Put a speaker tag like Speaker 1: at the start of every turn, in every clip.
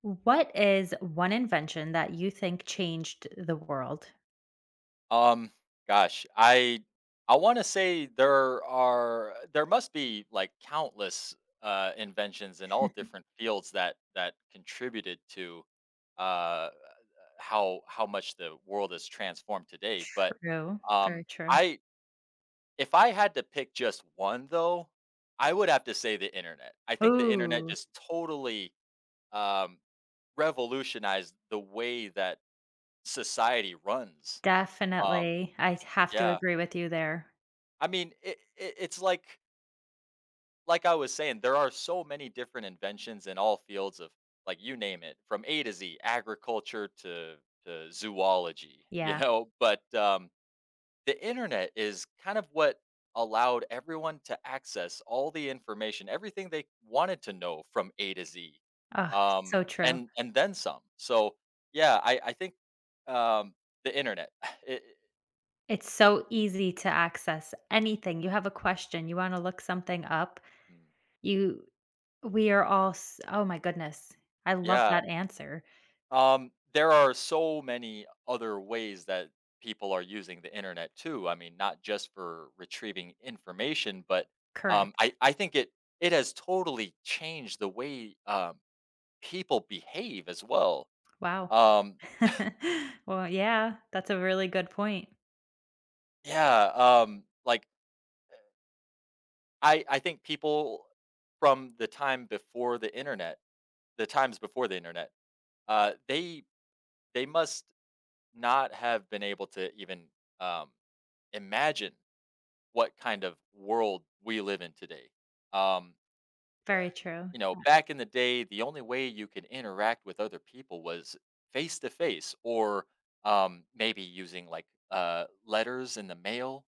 Speaker 1: What is one invention that you think changed the world?
Speaker 2: Um, gosh, I want to say there are there must be like countless inventions in all different fields that contributed to uh, how much the world is transformed today. But
Speaker 1: True, very true.
Speaker 2: I if I had to pick just one though, I would have to say the internet. I think the internet
Speaker 1: Ooh,
Speaker 2: just totally um, revolutionized the way that society runs. Um,
Speaker 1: definitely. I have to
Speaker 2: yeah.
Speaker 1: agree with you there.
Speaker 2: I mean, it's like I was saying, there are so many different inventions in all fields of like you name it, from A to Z, agriculture to zoology, you
Speaker 1: Yeah.
Speaker 2: know. But The internet is kind of what allowed everyone to access all the information, everything they wanted to know from A to Z,
Speaker 1: Oh,
Speaker 2: um,
Speaker 1: so true.
Speaker 2: and then some. So yeah, I think um, the internet. It, it-
Speaker 1: It's so easy to access anything. You have a question, you want to look something up.
Speaker 2: mm,
Speaker 1: You we are all s oh my goodness. I love
Speaker 2: yeah,
Speaker 1: that answer.
Speaker 2: There are so many other ways that people are using the internet too. I mean, not just for retrieving information, but um,
Speaker 1: Correct.
Speaker 2: I I think it has totally changed the way people behave as well.
Speaker 1: Wow.
Speaker 2: Um,
Speaker 1: Well, yeah, that's a really good point.
Speaker 2: yeah. Like I think people from the time before the internet, the times before the internet, uh, they they must not have been able to even um, imagine what kind of world we live in today. Um,
Speaker 1: Very true.
Speaker 2: you know, back in the day, the only way you could interact with other people was face to face, or maybe using like letters in the mail.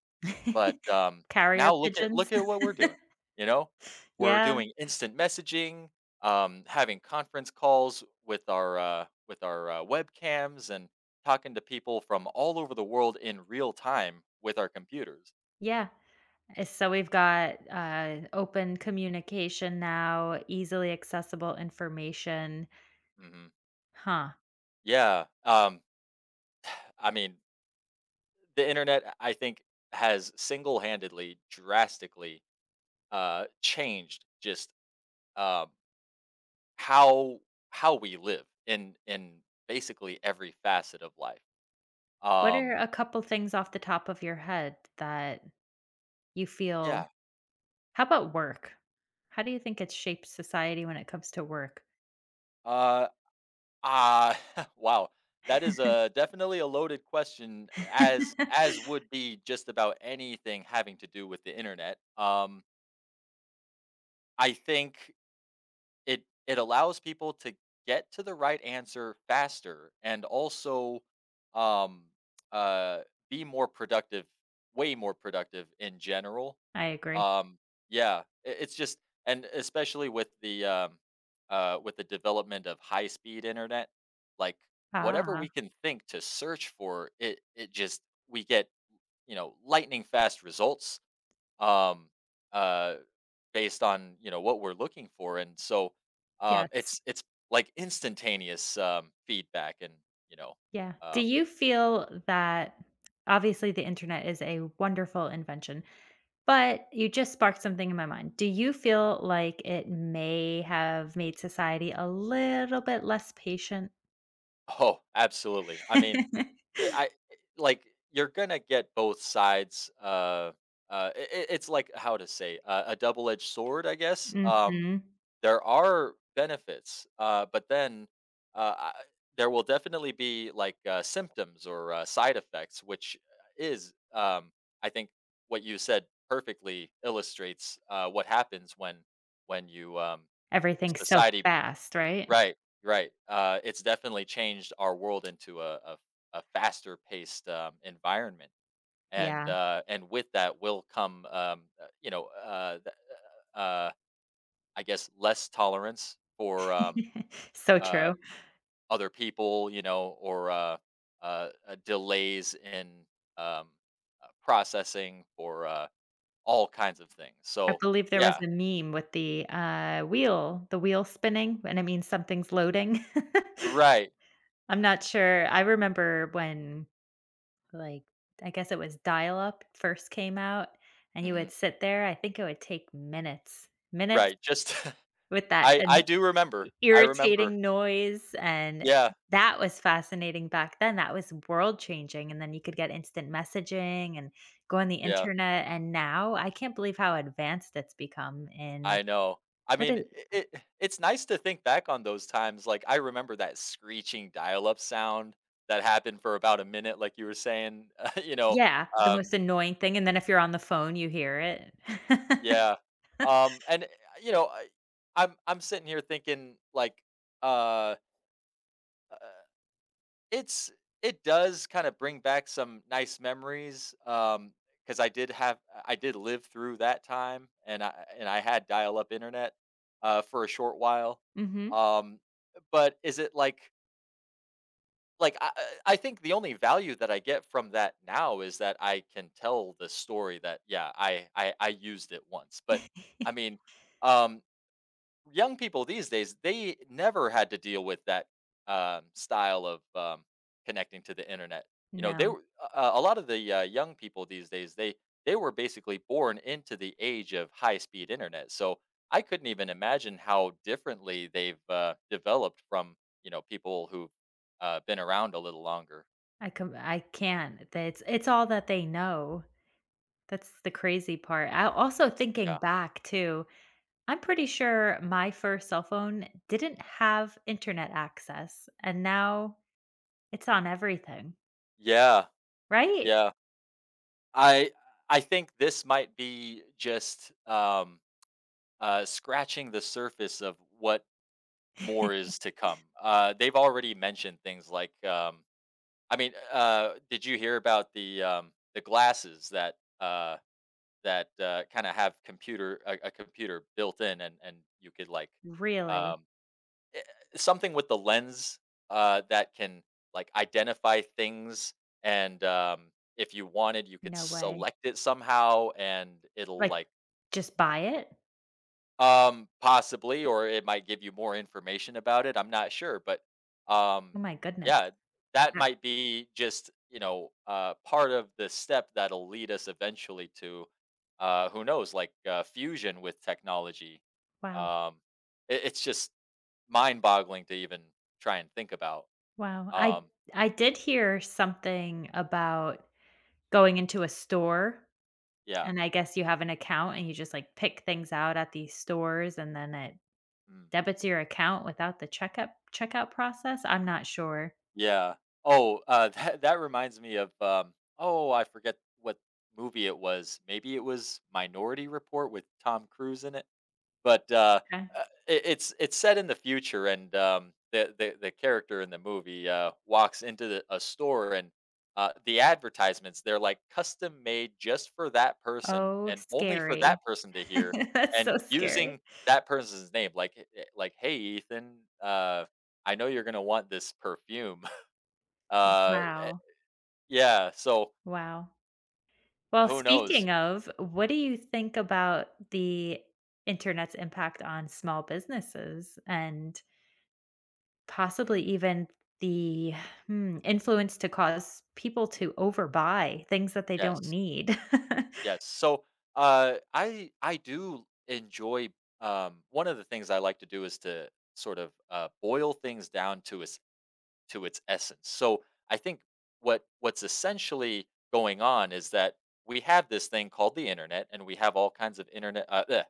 Speaker 2: But
Speaker 1: Carrier
Speaker 2: Now
Speaker 1: pigeons.
Speaker 2: look at what we're doing. You know, we're
Speaker 1: Yeah,
Speaker 2: doing instant messaging, having conference calls with our webcams, and talking to people from all over the world in real time with our computers.
Speaker 1: yeah. So we've got, open communication now, easily accessible information.
Speaker 2: hmm
Speaker 1: Huh.
Speaker 2: yeah. I mean, the internet, I think, has single-handedly drastically changed just um, how we live in basically every facet of life.
Speaker 1: What are
Speaker 2: Um,
Speaker 1: a couple things off the top of your head that you feel.
Speaker 2: yeah.
Speaker 1: How about work? How do you think it's shaped society when it comes to work?
Speaker 2: Uh, uh, wow. That is a definitely a loaded question, as would be just about anything having to do with the internet. I think it allows people to get to the right answer faster, and also um uh be more productive, way more productive in general.
Speaker 1: I agree.
Speaker 2: Um yeah it, it's just, and especially with the development of high speed internet, like whatever
Speaker 1: Ah,
Speaker 2: we can think to search for, it just, we get, you know, lightning fast results, um, uh, based on, you know, what we're looking for, and so
Speaker 1: yes.
Speaker 2: it's like instantaneous feedback, and you know,
Speaker 1: Yeah. Do
Speaker 2: um,
Speaker 1: you feel that obviously the internet is a wonderful invention. But you just sparked something in my mind. Do you feel like it may have made society a little bit less patient?
Speaker 2: oh, absolutely. I mean, I, I like you're gonna get both sides. It's like how to say a double-edged sword, I guess.
Speaker 1: Mhm.
Speaker 2: There are benefits, but then uh, I, there will definitely be like symptoms or side effects, which is, I think, what you said perfectly illustrates what happens when you
Speaker 1: Everything's so
Speaker 2: society.
Speaker 1: fast, right?
Speaker 2: Right, right. It's definitely changed our world into a faster paced environment,
Speaker 1: Yeah.
Speaker 2: and with that will come, you know, uh, I guess less tolerance for
Speaker 1: So
Speaker 2: uh,
Speaker 1: true.
Speaker 2: other people, you know, or delays in um, processing or all kinds of things.
Speaker 1: I
Speaker 2: So
Speaker 1: believe there was
Speaker 2: yeah,
Speaker 1: a meme with the, wheel spinning, and it means something's loading.
Speaker 2: right,
Speaker 1: I'm not sure. I remember when, like, I guess it was dial-up first came out, and you
Speaker 2: hmm
Speaker 1: would sit there. I think it would take minutes, minutes.
Speaker 2: right. Just
Speaker 1: With that
Speaker 2: I
Speaker 1: an
Speaker 2: do remember. I remember.
Speaker 1: irritating noise, and
Speaker 2: Yeah,
Speaker 1: that was fascinating back then, that was world changing, and then you could get instant messaging and go on the
Speaker 2: yeah.
Speaker 1: internet, and now I can't believe how advanced it's become in
Speaker 2: I know. I
Speaker 1: what
Speaker 2: mean,
Speaker 1: is
Speaker 2: it's nice to think back on those times. Like I remember that screeching dial-up sound that happened for about a minute, like you were saying. you know,
Speaker 1: Yeah, the most
Speaker 2: um,
Speaker 1: annoying thing, and then if you're on the phone, you hear it.
Speaker 2: Yeah. And You know, I'm sitting here thinking like, uh, uh, it's it does kind of bring back some nice memories. Because I did have I did live through that time, and I had dial up internet, for a short while.
Speaker 1: Mhm.
Speaker 2: Um, but is it like I think the only value that I get from that now is that I can tell the story that yeah I I used it once, but I mean. Um, Young people these days, they never had to deal with that, style of, connecting to the internet. You know, they
Speaker 1: No,
Speaker 2: were a lot of the, young people these days, they were basically born into the age of high-speed internet, so I couldn't even imagine how differently they've, developed from, you know, people who've, been around a little longer.
Speaker 1: I can't. That's it's all that they know. That's the crazy part. I also thinking
Speaker 2: Yeah.
Speaker 1: back too, I'm pretty sure my first cell phone didn't have internet access, and now it's on everything,
Speaker 2: Yeah,
Speaker 1: right?
Speaker 2: yeah. I I think this might be just, scratching the surface of what more is to come. They've already mentioned things like, I mean, did you hear about the glasses that uh, kind of have a computer built in, and you could like
Speaker 1: Really?
Speaker 2: um, something with the lens that can like identify things, and if you wanted, you could
Speaker 1: No way.
Speaker 2: select it somehow, and it'll
Speaker 1: Like,
Speaker 2: like
Speaker 1: just buy it?
Speaker 2: Possibly, or it might give you more information about it. I'm not sure, but
Speaker 1: Oh
Speaker 2: um,
Speaker 1: my goodness.
Speaker 2: yeah, that
Speaker 1: That-
Speaker 2: might be just, you know, part of the step that'll lead us eventually to who knows, like fusion with technology.
Speaker 1: Wow.
Speaker 2: Um, it's just mind-boggling to even try and think about.
Speaker 1: Wow.
Speaker 2: Um,
Speaker 1: I did hear something about going into a store,
Speaker 2: yeah.
Speaker 1: and I guess you have an account and you just like pick things out at these stores and then it
Speaker 2: hmm.
Speaker 1: debits your account without the checkup checkout process. I'm not sure.
Speaker 2: Yeah. Oh, that reminds me of oh, I forget what movie it was. Maybe it was Minority Report with Tom Cruise in it. But it, It's set in the future, and the character in the movie walks into a store, and the advertisements, they're like custom made just for that person,
Speaker 1: Oh,
Speaker 2: and only for that
Speaker 1: scary.
Speaker 2: person to hear,
Speaker 1: That's so
Speaker 2: and
Speaker 1: scary.
Speaker 2: using that person's name, like like, hey, Ethan, uh, I know you're gonna want this perfume, uh, eh,
Speaker 1: Wow.
Speaker 2: yeah, so
Speaker 1: Wow. Well,
Speaker 2: who knows?
Speaker 1: speaking of, what do you think about the internet's impact on small businesses and possibly
Speaker 2: Mm,
Speaker 1: even the influence to cause people to overbuy things that they don't
Speaker 2: yes,
Speaker 1: need?
Speaker 2: yes. So, I do enjoy, one of the things I like to do is to sort of, boil things down to its, to its essence. So I think what's essentially going on is that we have this thing called the internet, and we have all kinds of internet, bleh,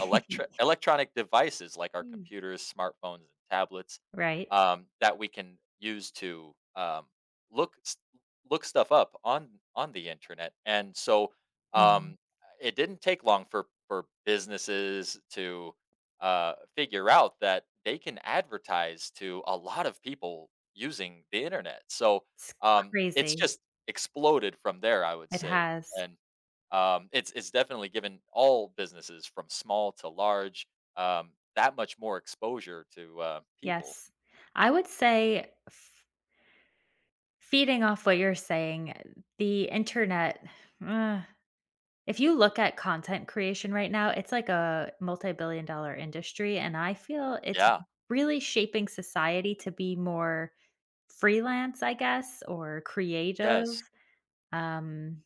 Speaker 2: electri electronic devices like our
Speaker 1: Mm.
Speaker 2: computers, smartphones, and tablets
Speaker 1: Right?
Speaker 2: that we can use to look s- look stuff up on the internet. And so
Speaker 1: Mhm.
Speaker 2: um, it didn't take long for businesses to figure out that they can advertise to a lot of people using the internet. So
Speaker 1: It's
Speaker 2: it's
Speaker 1: crazy.
Speaker 2: just exploded from there, I would
Speaker 1: It
Speaker 2: say.
Speaker 1: has.
Speaker 2: And it's definitely given all businesses from small to large, that much more exposure to, people.
Speaker 1: Yes. I would say Feeding off what you're saying, the internet, uh, if you look at content creation right now, it's like a multi-multi-billion dollar industry, and I feel it's
Speaker 2: Yeah.
Speaker 1: really shaping society to be more freelance, I guess, or creative.
Speaker 2: Yes.
Speaker 1: Um,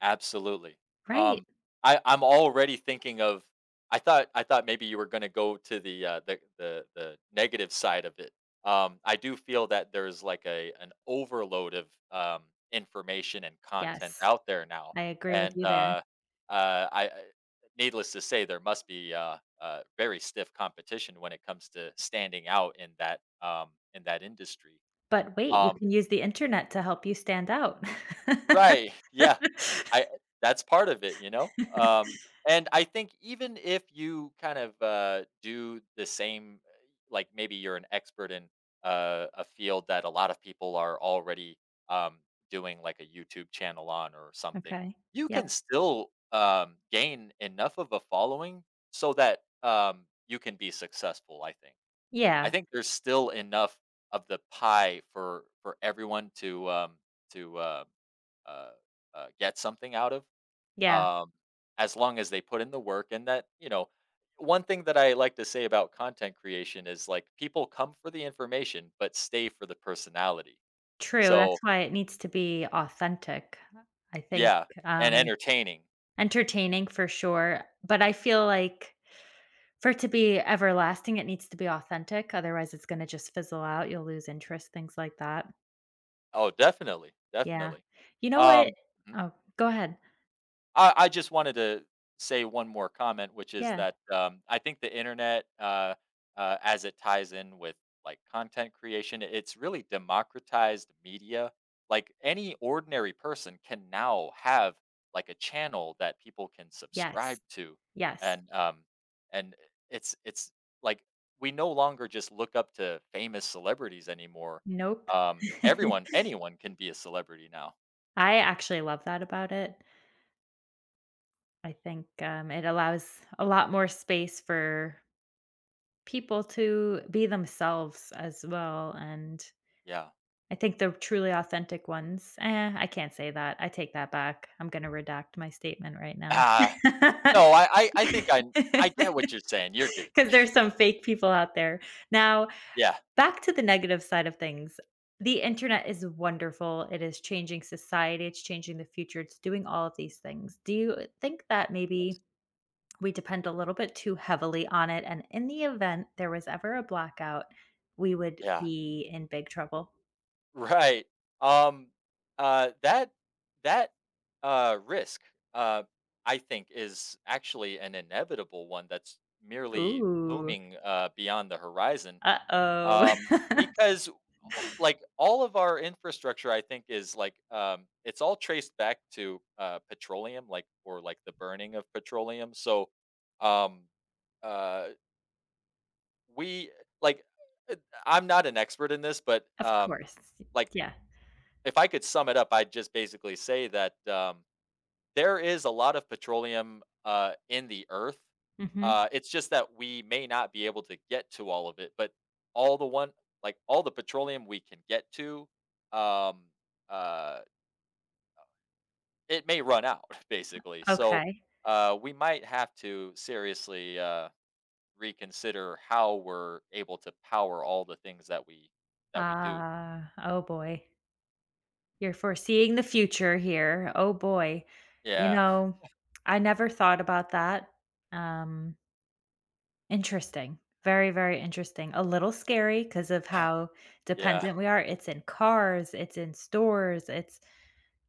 Speaker 2: Absolutely.
Speaker 1: right.
Speaker 2: Um, I'm already thinking of I thought maybe you were gonna go to the negative side of it. I do feel that there's like a an overload of, information and content
Speaker 1: Yes,
Speaker 2: out there now,
Speaker 1: I agree with
Speaker 2: and,
Speaker 1: you there.
Speaker 2: I needless to say, there must be, very stiff competition when it comes to standing out in in that industry.
Speaker 1: But wait, you
Speaker 2: Um
Speaker 1: can use the internet to help you stand out.
Speaker 2: Right. Yeah. I That's part of it, you know? And I think even if you kind of do the same, like maybe you're an expert in a field that a lot of people are already um, doing, like a YouTube channel on or something,
Speaker 1: Okay.
Speaker 2: you
Speaker 1: Yep.
Speaker 2: can still gain enough of a following so that you can be successful. I think. I
Speaker 1: Yeah.
Speaker 2: think there's still enough of the pie for everyone to to uh, uh, get something out of,
Speaker 1: Yeah.
Speaker 2: um, as long as they put in the work. And that, you know, one thing that I like to say about content creation is like people come for the information, but stay for the personality.
Speaker 1: True, that's
Speaker 2: So,
Speaker 1: why it needs to be authentic, I think,
Speaker 2: yeah, and
Speaker 1: and
Speaker 2: entertaining.
Speaker 1: entertaining for sure, but I
Speaker 2: Mm.
Speaker 1: feel like for it to be everlasting, it needs to be authentic, otherwise it's gonna just fizzle out, you'll lose interest, things like that.
Speaker 2: Oh, definitely,
Speaker 1: Yeah.
Speaker 2: definitely.
Speaker 1: You know what.
Speaker 2: Um,
Speaker 1: Oh, go ahead.
Speaker 2: I just wanted to say one more comment, which is
Speaker 1: Yeah.
Speaker 2: that I think the internet, as it ties in with like content creation, it's really democratized media. Like any ordinary person can now have like a channel that people can subscribe
Speaker 1: Yes.
Speaker 2: to,
Speaker 1: Yes.
Speaker 2: and and it's like we no longer just look up to famous celebrities anymore.
Speaker 1: Nope.
Speaker 2: Everyone, anyone can be a celebrity now.
Speaker 1: I actually love that about it. I think, it allows a lot more space for people to be themselves as well, and
Speaker 2: Yeah.
Speaker 1: I think the truly authentic ones eh, I can't say that, I take that back. I'm gonna redact my statement right now
Speaker 2: Ah. No, I think I
Speaker 1: because
Speaker 2: get what you're saying, you're good.
Speaker 1: there's some fake people out there. Now,
Speaker 2: Yeah.
Speaker 1: back to the negative side of things. The
Speaker 2: Mhm,
Speaker 1: internet is wonderful, it is changing society, it's changing the future, it's doing all of these things. Do you think that
Speaker 2: that's
Speaker 1: maybe we depend a little bit too heavily on it, and in the event there was ever a blackout, we would
Speaker 2: Yeah,
Speaker 1: be in big trouble?
Speaker 2: right. Um, uh, that that risk, uh, I think, is actually an inevitable one that's merely
Speaker 1: Ooh.
Speaker 2: looming, beyond the horizon,
Speaker 1: Uh-oh.
Speaker 2: um, because, all of our infrastructure, I think, is, like, it's all traced back to, petroleum, like, or, like, the burning of petroleum, so, um, uh We like, uh, I'm not an expert in this, but,
Speaker 1: Of course.
Speaker 2: like,
Speaker 1: Yeah.
Speaker 2: if I could sum it up, I'd just basically say that, there is a lot of petroleum, in the earth.
Speaker 1: Mhm.
Speaker 2: It's just that we may not be able to get to all of it, but all the one all the petroleum we can get to, um, uh, it may run out, basically. So,
Speaker 1: Okay.
Speaker 2: we might have to seriously, reconsider how we're able to power all the things that we do.
Speaker 1: Oh boy. You're foreseeing the future here. Oh boy. You
Speaker 2: Yeah.
Speaker 1: know, I never thought about that. Um, interesting. Very, very interesting. A little scary because of how
Speaker 2: Yeah.
Speaker 1: dependent we are. It's in cars, it's in stores, it's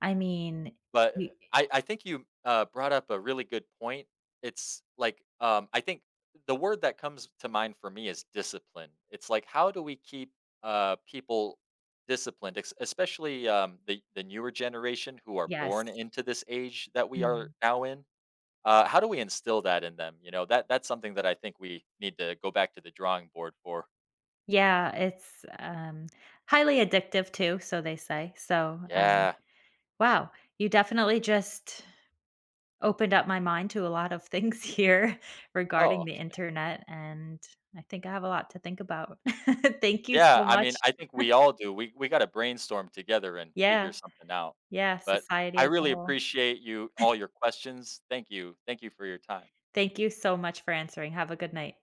Speaker 1: I mean,
Speaker 2: But
Speaker 1: y
Speaker 2: I think you brought up a really good point. It's like I think the word that comes to mind for me is discipline. It's like how do we keep people disciplined, especially the newer generation who are
Speaker 1: Yes.
Speaker 2: born into this age that we are
Speaker 1: Mm.
Speaker 2: now in? How do we instill that in them? You know, that's something that I think we need to go back to the drawing board for.
Speaker 1: Yeah, it's, highly addictive too, so they say. So,
Speaker 2: Yeah.
Speaker 1: wow, you definitely just opened up my mind to a lot of things here
Speaker 2: Oh,
Speaker 1: regarding the
Speaker 2: okay.
Speaker 1: internet, and I think I have a lot to think about. Thank you so
Speaker 2: Yeah, I mean,
Speaker 1: much.
Speaker 2: I think we all do. We gotta brainstorm together and figure
Speaker 1: Yeah,
Speaker 2: something out.
Speaker 1: yeah,
Speaker 2: But
Speaker 1: society
Speaker 2: I
Speaker 1: as a
Speaker 2: really
Speaker 1: whole.
Speaker 2: appreciate you all your questions. Thank you. Thank you for your time.
Speaker 1: Thank you so much for answering. Have a good night.